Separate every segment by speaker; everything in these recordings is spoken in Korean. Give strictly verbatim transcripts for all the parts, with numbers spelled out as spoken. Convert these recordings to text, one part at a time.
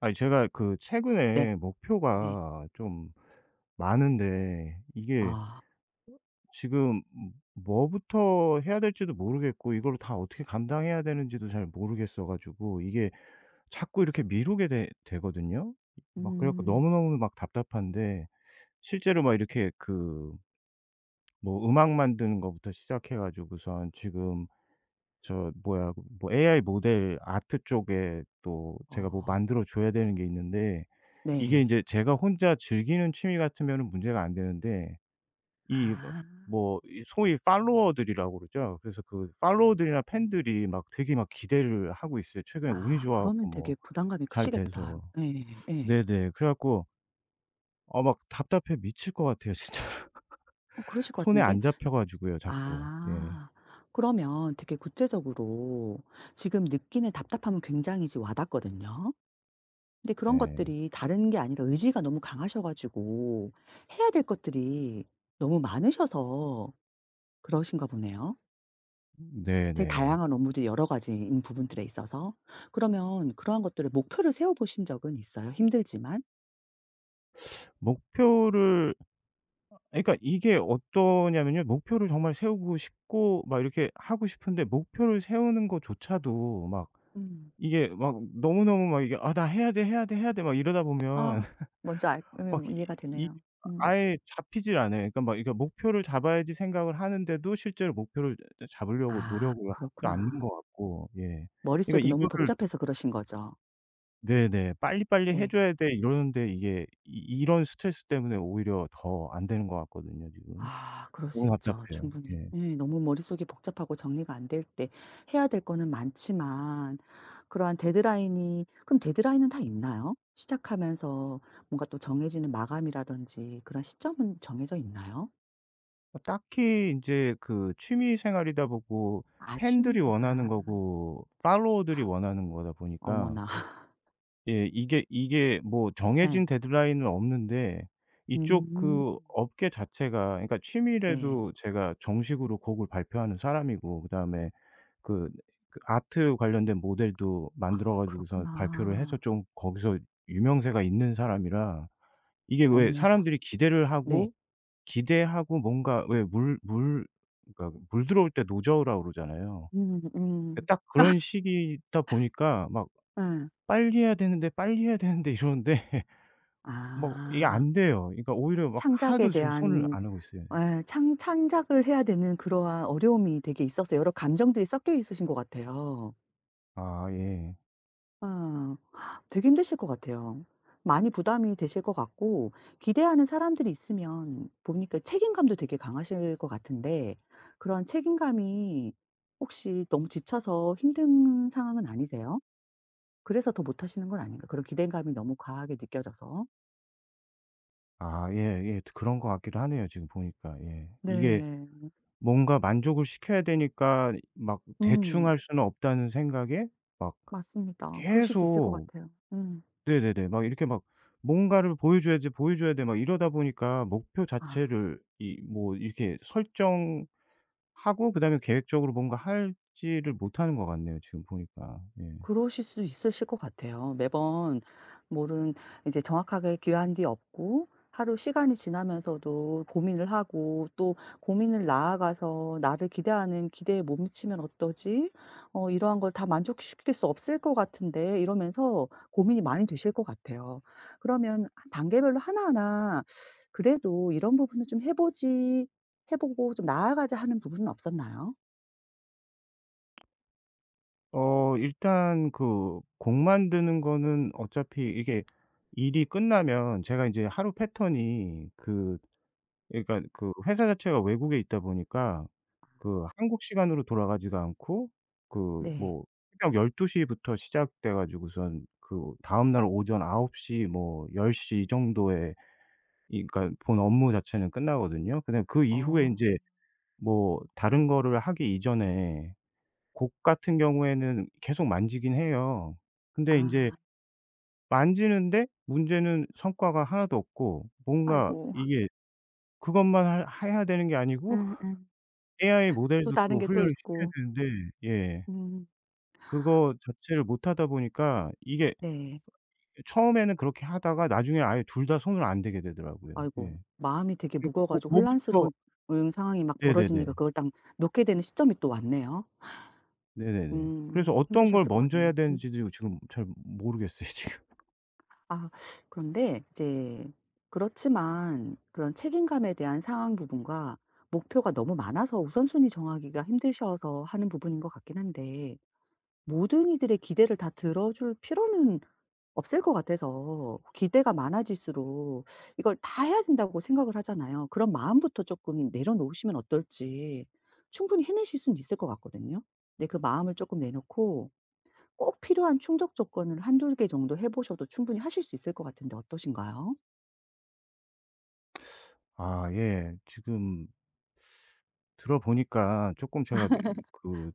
Speaker 1: 아니, 제가 그
Speaker 2: 네.
Speaker 1: 최근에
Speaker 2: 네.
Speaker 1: 목표가 좀 많은데 이게
Speaker 2: 아.
Speaker 1: 지금 뭐부터 해야 될지도 모르겠고, 이걸 다 어떻게 감당해야 되는지도 잘 모르겠어 가지고, 이게 자꾸 이렇게 미루게 되 되거든요. 막 그래 갖고
Speaker 2: 음.
Speaker 1: 너무너무 막 답답한데, 실제로 막 이렇게 그 뭐 음악 만드는 것부터 시작해 가지고선 지금 저 뭐야, 뭐 에이아이 모델 아트 쪽에 또 제가 뭐
Speaker 2: 어.
Speaker 1: 만들어 줘야 되는 게 있는데, 이게
Speaker 2: 네.
Speaker 1: 인제 제가 혼자 즐기는 취미 같으면은 문제가 안 되는데, 이 뭐
Speaker 2: 아.
Speaker 1: 뭐 이 소위 팔로워들이라고 그러죠. 그래서 그 팔로워들이나 팬들이 막 되게 막 기대를 하고 있어요. 최근에 운이
Speaker 2: 아,
Speaker 1: 좋아
Speaker 2: 그러면
Speaker 1: 갖고 뭐
Speaker 2: 되게 부담감이
Speaker 1: 잘
Speaker 2: 크시겠다.
Speaker 1: 돼서.
Speaker 2: 예. 예.
Speaker 1: 네네. 그래 갖고 아 막 답답해 미칠 것 같아요, 진짜.
Speaker 2: 어, 그러실 것
Speaker 1: 손에
Speaker 2: 같은데.
Speaker 1: 안 잡혀 가지고요, 자꾸. 예.
Speaker 2: 아. 그러면 되게 구체적으로 지금 느끼는 답답함은 굉장히 지금 와 닿거든요. 근데 그런
Speaker 1: 예.
Speaker 2: 것들이 다른 게 아니라 의지가 너무 강하셔 가지고 해야 될 것들이 너무 많으셔서 그러신가 보네요. 되게
Speaker 1: 네네.
Speaker 2: 다양한 업무들이 여러 가지인 부분들에 있어서. 그러면 그러한 것들을 목표를 세워 보신 적은 있어요, 힘들지만?
Speaker 1: 목표를, 그러니까 이게 어떠냐면요. 목표를 정말 세우고 싶고 막 이렇게 하고 싶은데, 목표를 세우는 것조차도 막
Speaker 2: 음.
Speaker 1: 이게 막 너무너무 막 이게 '아 나 해야 돼, 해야 돼, 해야 돼.' 막 이러다
Speaker 2: 아,
Speaker 1: 보면
Speaker 2: 뭔지 알
Speaker 1: 막
Speaker 2: 음
Speaker 1: 이
Speaker 2: 이해가
Speaker 1: 이
Speaker 2: 되네요. 음.
Speaker 1: 아예 잡히질 않아요. 그러니까 막 이게 목표를 잡아야지 생각을 하는데도, 실제로 목표를 저 잡으려고
Speaker 2: 아,
Speaker 1: 노력을 하지도 않는
Speaker 2: 그렇구나.
Speaker 1: 것 같고. 예.
Speaker 2: 머릿속이
Speaker 1: 그러니까
Speaker 2: 너무
Speaker 1: 이거를,
Speaker 2: 복잡해서 그러신 거죠?
Speaker 1: 네네. '빨리빨리 해
Speaker 2: 네.
Speaker 1: 줘야 돼.' 이러는데 이게 이 이런 스트레스 때문에 오히려 더 안 되는 것 같거든요 지금.
Speaker 2: 아, 그럴 수
Speaker 1: 너무
Speaker 2: 있죠,
Speaker 1: 답답해요.
Speaker 2: 충분히.
Speaker 1: 예.
Speaker 2: 예, 너무 머릿속이 복잡하고 정리가 안 될 때 해야 될 거는 많지만 그러한 데드라인이, 그럼 데드라인은 다 있나요? 시작하면서 뭔가 또 정해지는 마감이라든지 그런 시점은 정해져 있나요?
Speaker 1: 어 딱히 인제 그 취미 생활이다 보고,
Speaker 2: 아,
Speaker 1: 팬들이 원하는
Speaker 2: 취미생활.
Speaker 1: 거고 팔로워들이 원하는 거다 보니까.
Speaker 2: 어머나.
Speaker 1: 예. 이게 이게 뭐
Speaker 2: 네.
Speaker 1: 정해진 데드라인은 없는데, 이쪽
Speaker 2: 음.
Speaker 1: 그 업계 자체가, 그러니까
Speaker 2: 네.
Speaker 1: 취미래도 제가 정식으로 곡을 발표하는 사람이고 그다음에 그 그 아트 관련된 모델도 만들어
Speaker 2: 아,
Speaker 1: 가지고서 발표를
Speaker 2: 그렇구나.
Speaker 1: 해서 좀 거기서 유명세가 있는 사람이라, 이게 왜
Speaker 2: 어머나.
Speaker 1: 사람들이 기대를
Speaker 2: 네.
Speaker 1: 하고 기대하고, 뭔가 왜 물 물 그러니까 물 들어올 때 노저우라고 그러잖아요.
Speaker 2: 음.
Speaker 1: 예,
Speaker 2: 음.
Speaker 1: 딱 그런 시기다 보니까 막
Speaker 2: 예.
Speaker 1: '빨리 해야 되는데, 빨리 해야 되는데.' 이러는데 뭐 이게
Speaker 2: 아,
Speaker 1: 안 돼요. 그러니까 오히려 막
Speaker 2: 창작에
Speaker 1: 하나도 지금 손을
Speaker 2: 대한,
Speaker 1: 안 하고 있어요.
Speaker 2: 에, 창 창작을 해야 되는 그러한 어려움이 되게 있어서 여러 감정들이 섞여 있으신 것 같아요.
Speaker 1: 아 예.
Speaker 2: 아. 되게 힘드실 것 같아요. 많이 부담이 되실 것 같고, 기대하는 사람들이 있으면 보니까 책임감도 되게 강하실 것 같은데, 그런 책임감이, 혹시 너무 지쳐서 힘든 상황은 아니세요? 그래서 더 못하시는 건 아닌가? 그런 기대감이 너무 과하게 느껴져서.
Speaker 1: 아 예예. 그런 것 같기도 하네요 지금 보니까. 예. 이게
Speaker 2: 네.
Speaker 1: 뭔가 만족을 시켜야 되니까 막 대충
Speaker 2: 음.
Speaker 1: 할 수는 없다는 생각에 막
Speaker 2: 맞습니다. 그러실 수 있을 것
Speaker 1: 계속,
Speaker 2: 같아요. 음.
Speaker 1: 네네네. 막 이렇게 막 뭔가를 보여줘야 돼, 보여줘야 돼 막 이러다 보니까, 목표
Speaker 2: 아.
Speaker 1: 자체를 이 뭐 이렇게 설정하고 그다음에 계획적으로 뭔가 하지를 못하는 것 같네요 지금 보니까. 예.
Speaker 2: 그러실 수 있으실 것 같아요. 매번 뭐는 이제 정확하게 귀한 뒤 없고, 하루 시간이 지나면서도 고민을 하고, 또 고민을 나아가서 나를 기대하는 기대에 못 미치면 어떠지? 어, 이러한 걸 다 만족시킬 수 없을 것 같은데 이러면서 고민이 많이 되실 것 같아요. 그러면 단계별로 하나하나 그래도 이런 부분은 좀 해보지, 해보고 좀 나아가자 하는 부분은 없었나요?
Speaker 1: 어 일단 그 곡 만드는 거는, 어차피 이게 일이 끝나면 제가 이제 하루 패턴이 그, 그러니까 그 회사 자체가 외국에 있다 보니까 그 한국 시간으로 돌아가지가 않고, 그
Speaker 2: 네.
Speaker 1: 뭐 새벽 한 두 시 부터 시작돼 가지고선 그 다음날 오전 아홉 시 뭐열 시 정도에 이 그러니까 본 업무 자체는 끝나거든요. 근데 그 이후에
Speaker 2: 어,
Speaker 1: 이제 뭐 다른 거를 하기 이전에 곡 같은 경우에는 계속 만지긴 해요. 근데 인제
Speaker 2: 아,
Speaker 1: 만지는데 문제는 성과가 하나도 없고, 뭔가
Speaker 2: 아이고,
Speaker 1: 이게 그것만 할 해야 되는 게 아니고
Speaker 2: 응, 응.
Speaker 1: 에이아이
Speaker 2: 또
Speaker 1: 모델도
Speaker 2: 다른
Speaker 1: 또
Speaker 2: 게 또
Speaker 1: 훈련을 시켜야
Speaker 2: 있고.
Speaker 1: 되는데, 예
Speaker 2: 음.
Speaker 1: 그거 자체를 못하다 보니까 이게
Speaker 2: 네.
Speaker 1: 처음에는 그렇게 하다가 나중에 아예 둘 다 손을 안 대게 되더라고요. 예.
Speaker 2: 아이고, 마음이 되게
Speaker 1: 그
Speaker 2: 무거워
Speaker 1: 뭐
Speaker 2: 가지고
Speaker 1: 뭐부터
Speaker 2: 혼란스러운 상황이 막
Speaker 1: 네네네.
Speaker 2: 벌어지니까 그걸 딱 놓게 되는 시점이 또 왔네요.
Speaker 1: 네네네. 그래서
Speaker 2: 음,
Speaker 1: 어떤 걸
Speaker 2: 힘드셨을 것
Speaker 1: 먼저 해야
Speaker 2: 같네. 음.
Speaker 1: 되는지도 지금 잘 모르겠어요 지금.
Speaker 2: 아, 그런데 이제, 그렇지만 그런 책임감에 대한 상황 부분과 목표가 너무 많아서 우선순위 정하기가 힘드셔서 하는 부분인 것 같긴 한데, 모든 이들의 기대를 다 들어줄 필요는 없을 것 같아서, 기대가 많아질수록 이걸 다 해야 된다고 생각을 하잖아요. 그런 마음부터 조금 내려놓으시면 어떨지. 충분히 해내실 수는 있을 것 같거든요. 근데 그 마음을 조금 내놓고 꼭 필요한 충족 조건을 한두 개 정도 해 보셔도 충분히 하실 수 있을 것 같은데 어떠신가요?
Speaker 1: 아 예. 지금 들어보니까 조금 제가 이- 그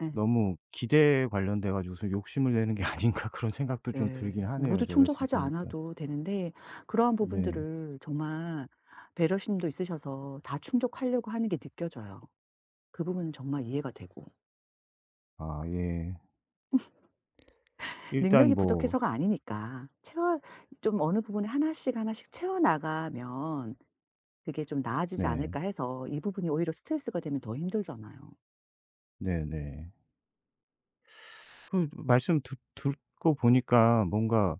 Speaker 2: 예. 네.
Speaker 1: 너무 기대에 관련돼 가지고서 '욕심을 내는 게 아닌가.' 그런 생각도 좀
Speaker 2: 네.
Speaker 1: 들긴 하네요,
Speaker 2: 모두
Speaker 1: 제가 지금
Speaker 2: 충족하지
Speaker 1: 보니까.
Speaker 2: 않아도 되는데 그러한
Speaker 1: 네.
Speaker 2: 부분들을 정말 배려심도 있으셔서 다 충족하려고 하는 게 느껴져요. 그 부분은 정말 이해가 되고.
Speaker 1: 아 예. 일단
Speaker 2: 능력이
Speaker 1: 뭐,
Speaker 2: 부족해서가 아니니까, 채워, 좀 어느 부분에 하나씩 하나씩 채워 나가면 그게 좀 나아지지
Speaker 1: 네.
Speaker 2: 않을까 해서. 이 부분이 오히려 스트레스가 되면 더 힘들잖아요.
Speaker 1: 네네. 그 말씀 듣 듣고 보니까 뭔가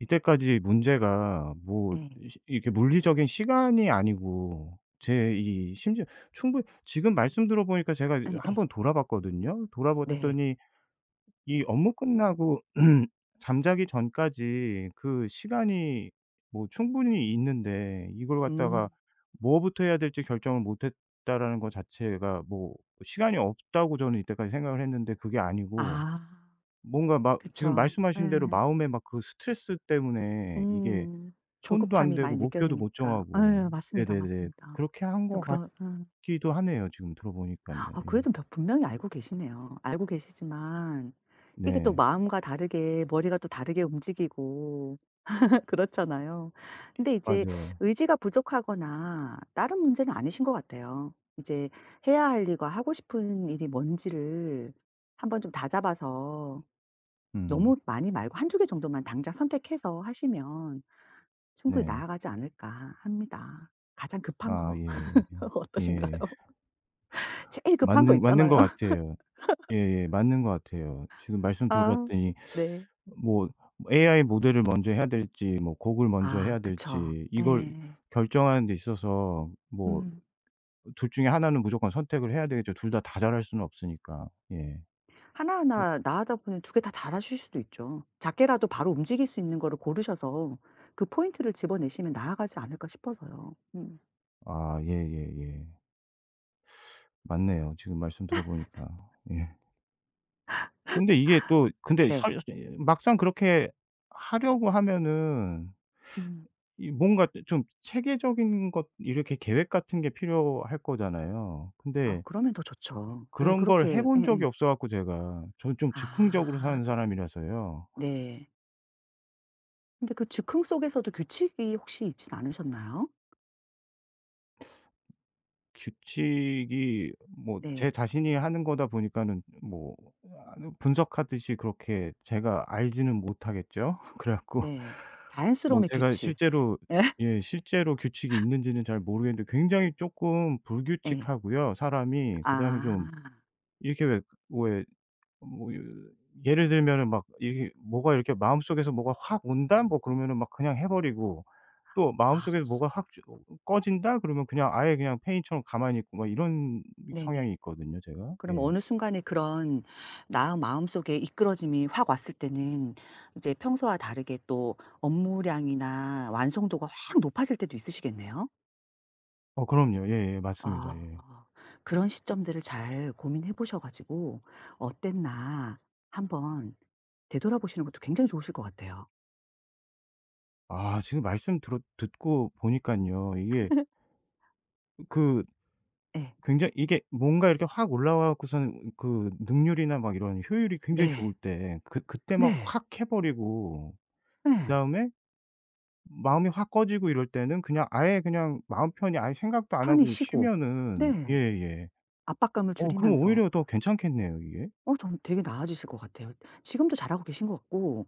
Speaker 1: 이때까지 문제가 뭐
Speaker 2: 예.
Speaker 1: 시 이렇게 물리적인 시간이 아니고, 제 이 심지어 충분히 지금 말씀 들어 보니까 제가 한
Speaker 2: 예예.
Speaker 1: 번 돌아봤거든요.
Speaker 2: 네.
Speaker 1: 돌아봤더니 이 업무 끝나고 잠자기 전까지 그 시간이 뭐 충분히 있는데, 이걸 갖다가
Speaker 2: 음.
Speaker 1: 뭐부터 해야 될지 결정을 못 했다라는 것 자체가, 뭐 시간이 없다고 저는 이때까지 생각을 했는데 그게 아니고,
Speaker 2: 아,
Speaker 1: 뭔가 막 지금 음.
Speaker 2: 그쵸.
Speaker 1: 말씀하신 대로
Speaker 2: 예.
Speaker 1: 마음에 막 그 스트레스 때문에 이게
Speaker 2: 음.
Speaker 1: 손도 안
Speaker 2: 조급함이
Speaker 1: 대고
Speaker 2: 많이
Speaker 1: 목표도 못
Speaker 2: 느껴지니까.
Speaker 1: 정하고.
Speaker 2: 예. 맞습니다,
Speaker 1: 네네네.
Speaker 2: 맞습니다.
Speaker 1: 그렇게 한
Speaker 2: 좀
Speaker 1: 것
Speaker 2: 그런. 음.
Speaker 1: 같기도 하네요 지금 들어보니까요.
Speaker 2: 아,
Speaker 1: 예.
Speaker 2: 그래도 벼 분명히 알고 계시네요. 알고 계시지만 이게 또
Speaker 1: 네.
Speaker 2: 마음과 다르게 머리가 또 다르게 움직이고 그렇잖아요. 근데 이제
Speaker 1: 맞아요.
Speaker 2: 의지가 부족하거나 다른 문제는 아니신 것 같아요. 이제 해야 할 일과 하고 싶은 일이 뭔지를 한번 좀 다잡아서
Speaker 1: 음.
Speaker 2: 너무 많이 말고 한두 개 정도만 당장 선택해서 하시면 충분히
Speaker 1: 네.
Speaker 2: 나아가지 않을까 합니다. 가장 급한
Speaker 1: 아
Speaker 2: 거
Speaker 1: 예.
Speaker 2: 어떠신가요?
Speaker 1: 예.
Speaker 2: 제일 급한 거
Speaker 1: 맞는 맞는
Speaker 2: 있잖아요.
Speaker 1: 것 같아요. 예예. 맞는 것 같아요. 지금 말씀
Speaker 2: 아.
Speaker 1: 들어봤더니
Speaker 2: 네.
Speaker 1: 뭐 에이아이 모델을 먼저 해야 될지 뭐 곡을 먼저
Speaker 2: 아,
Speaker 1: 해야
Speaker 2: 그쵸.
Speaker 1: 될지, 이걸
Speaker 2: 예.
Speaker 1: 결정하는 데 있어서 뭐
Speaker 2: 음.
Speaker 1: 둘 중에 하나는 무조건 선택을 해야 되겠죠. 둘 다, 다 잘할 수는 없으니까. 예. 그,
Speaker 2: 하나하나 나아다 보니 두 개 다 잘하실 수도 있죠. 작게라도 바로 움직일 수 있는 거를 고르셔서 그 포인트를 집어내시면 나아가지 않을까 싶어서요. 음.
Speaker 1: 아 예예예. 맞네요, 지금 말씀 들어보니까. 예. 근데 이게 또 근데
Speaker 2: 네.
Speaker 1: 설 예 막상 그렇게 하려고 하면은
Speaker 2: 음.
Speaker 1: 이 뭔가 좀 체계적인 것 이렇게 계획 같은 게 필요할 거잖아요.
Speaker 2: 아,
Speaker 1: 근데
Speaker 2: 그러면 더 좋죠. 예,
Speaker 1: 그런 걸 해
Speaker 2: 그렇게.
Speaker 1: 본 적이
Speaker 2: 예예.
Speaker 1: 없어 갖고, 제가 저는 좀 즉흥적으로
Speaker 2: 아,
Speaker 1: 사는 사람이라서요.
Speaker 2: 네. 근데 그 즉흥 속에서도 규칙이 혹시 있진 않으셨나요?
Speaker 1: 규칙이 뭐 제
Speaker 2: 네.
Speaker 1: 자신이 하는 거다 보니까는 뭐 아 분석하듯이 그렇게 제가 알지는 못하겠죠. 그래 갖고
Speaker 2: 네.
Speaker 1: 뭐
Speaker 2: 자연스러움의
Speaker 1: 제가
Speaker 2: 규칙.
Speaker 1: 실제로,
Speaker 2: 예?
Speaker 1: 예 실제로 규칙이 있는지는 잘 모르겠는데, 굉장히 조금
Speaker 2: 예.
Speaker 1: 불규칙하고요 사람이. 그다음에
Speaker 2: 아.
Speaker 1: 좀 이렇게 왜왜 뭐 유 예를 들면은 막 이게 뭐가 이렇게 마음속에서 뭐가 확 온다? 뭐 그러면은 막 그냥 해 버리고, 또
Speaker 2: 아,
Speaker 1: 마음속에서 뭐가 확 주- 어, 꺼진다? 그러면 그냥 아예 그냥 페인처럼 가만히 있고 막 이런
Speaker 2: 네네.
Speaker 1: 성향이 있거든요, 제가.
Speaker 2: 그럼
Speaker 1: 예.
Speaker 2: 어느 순간에 그런, 나 마음속에 이끌어짐이 확 왔을 때는 이제 평소와 다르게 또 업무량이나 완성도가 확 높아질 때도 있으시겠네요?
Speaker 1: 어 그럼요. 예예. 맞습니다.
Speaker 2: 아.
Speaker 1: 예.
Speaker 2: 그런 시점들을 잘 고민해 보셔 가지고 '어땠나.' 한번 되돌아보시는 것도 굉장히 좋으실 것 같아요.
Speaker 1: 아 지금 말씀 들어 듣고 보니깐요. 이게 그
Speaker 2: 네.
Speaker 1: 굉장히 이게 뭔가 이렇게 확 올라와 갖고서는 그 능률이나 막 이런 효율이 굉장히 좋을
Speaker 2: 네.
Speaker 1: 때, 그 그때 막
Speaker 2: 네.
Speaker 1: 확 해 버리고,
Speaker 2: 네.
Speaker 1: 그다음에 마음이 확 꺼지고 이럴 때는 그냥 아예 그냥 마음 편히 아예 생각도 안
Speaker 2: 편히
Speaker 1: 하고
Speaker 2: 쉬고,
Speaker 1: 쉬면은.
Speaker 2: 네.
Speaker 1: 예예.
Speaker 2: 압박감을
Speaker 1: 어 그럼
Speaker 2: 줄이면서,
Speaker 1: 오히려 더 괜찮겠네요 이게.
Speaker 2: 어, 좀 되게 나아지실 것 같아요. 지금도 잘하고 계신 것 같고,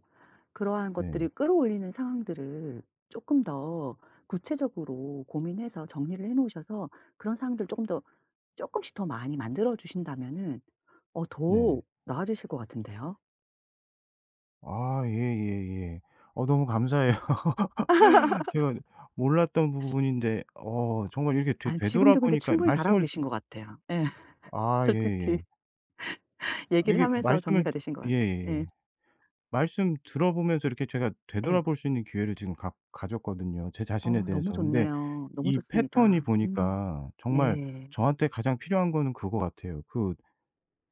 Speaker 2: 그러한 것들이
Speaker 1: 네.
Speaker 2: 끌어올리는 상황들을 조금 더 구체적으로 고민해서 정리를 해 놓으셔서 그런 상황들을 조금 더, 조금씩 더 많이 만들어 주신다면은, 어,
Speaker 1: 네.
Speaker 2: 더 나아지실 것 같은데요.
Speaker 1: 아 예예예. 어 너무 감사해요. 제가 몰랐던 부분인데 어 정말 이렇게 되
Speaker 2: 아니, 지금도 근데
Speaker 1: 되돌아보니까
Speaker 2: 충분히 잘하고
Speaker 1: 말씀을,
Speaker 2: 계신 것 같아요. 예.
Speaker 1: 아
Speaker 2: 솔직히
Speaker 1: 예예.
Speaker 2: 얘기를
Speaker 1: 이게
Speaker 2: 하면서
Speaker 1: 말씀을,
Speaker 2: 정리가 되신 것 같아.
Speaker 1: 예예예.
Speaker 2: 예.
Speaker 1: 말씀 들어보면서 이렇게 제가
Speaker 2: 예.
Speaker 1: 되돌아볼 수 있는 기회를 지금 가, 가졌거든요, 제 자신에
Speaker 2: 어, 너무
Speaker 1: 대해서. 근데
Speaker 2: 좋네요. 너무
Speaker 1: 이 패턴이
Speaker 2: 좋습니다. 음.
Speaker 1: 보니까 정말
Speaker 2: 네.
Speaker 1: 저한테 가장 필요한 거는 그거 같아요. 그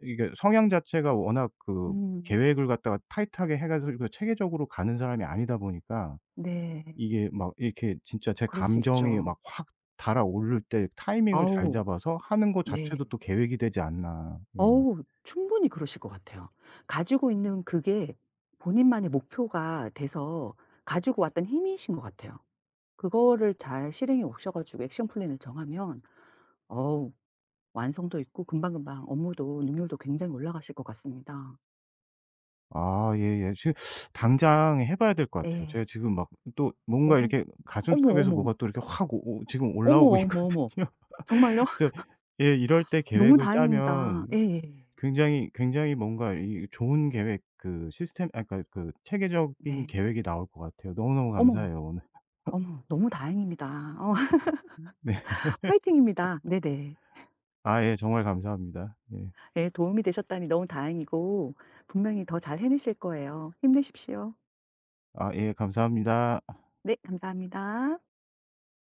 Speaker 1: 이게 성향 자체가 워낙 그
Speaker 2: 음.
Speaker 1: 계획을 갖다가 타이트하게 해 가지고 체계적으로 가는 사람이 아니다 보니까,
Speaker 2: 네.
Speaker 1: 이게 막 이렇게 진짜 제
Speaker 2: 그럴 수
Speaker 1: 감정이
Speaker 2: 있죠.
Speaker 1: 막 확 달아오를 때 타이밍을 잘
Speaker 2: 아우.
Speaker 1: 잡아서 하는 거
Speaker 2: 네.
Speaker 1: 자체도 또 계획이 되지 않나. 예.
Speaker 2: 어우, 충분히 그러실 것 같아요. 가지고 있는 그게 본인만의 목표가 돼서 가지고 왔던 힘이신 것 같아요. 그거를 잘 실행해 오셔 가지고 액션 플랜을 정하면, 어우, 완성도 있고 금방금방 업무도 능률도 굉장히 올라가실 것 같습니다.
Speaker 1: 아 예예. 지금 당장 해 봐야 될 것 같아요.
Speaker 2: 예.
Speaker 1: 제가 지금 막 또
Speaker 2: 어.
Speaker 1: 뭔가 이렇게
Speaker 2: 어머,
Speaker 1: 가슴속에서
Speaker 2: 어머, 어머.
Speaker 1: 뭐가 또 이렇게 확 오 오- 지금
Speaker 2: 어머,
Speaker 1: 올라오고
Speaker 2: 어머, 어머.
Speaker 1: 있거든요.
Speaker 2: 정말요?
Speaker 1: 그래서 예 이럴 때
Speaker 2: 너무
Speaker 1: 계획을 짜면
Speaker 2: 다행입니다. 예예.
Speaker 1: 굉장히, 굉장히 뭔가 이 좋은 계획 그 시스템 아니까 그 체계적인
Speaker 2: 네.
Speaker 1: 계획이 나올 것 같아요. 너무너무
Speaker 2: 어머, 어머.
Speaker 1: 감사해요 오늘.
Speaker 2: 어머, 너무 다행입니다. 어.
Speaker 1: 네.
Speaker 2: 화이팅입니다. 네네.
Speaker 1: 아 예 정말 감사합니다. 예.
Speaker 2: 네, 도움이 되셨다니 너무 다행이고 분명히 더 잘 해내실 거예요. 힘내십시오.
Speaker 1: 아 예 감사합니다.
Speaker 2: 네, 감사합니다.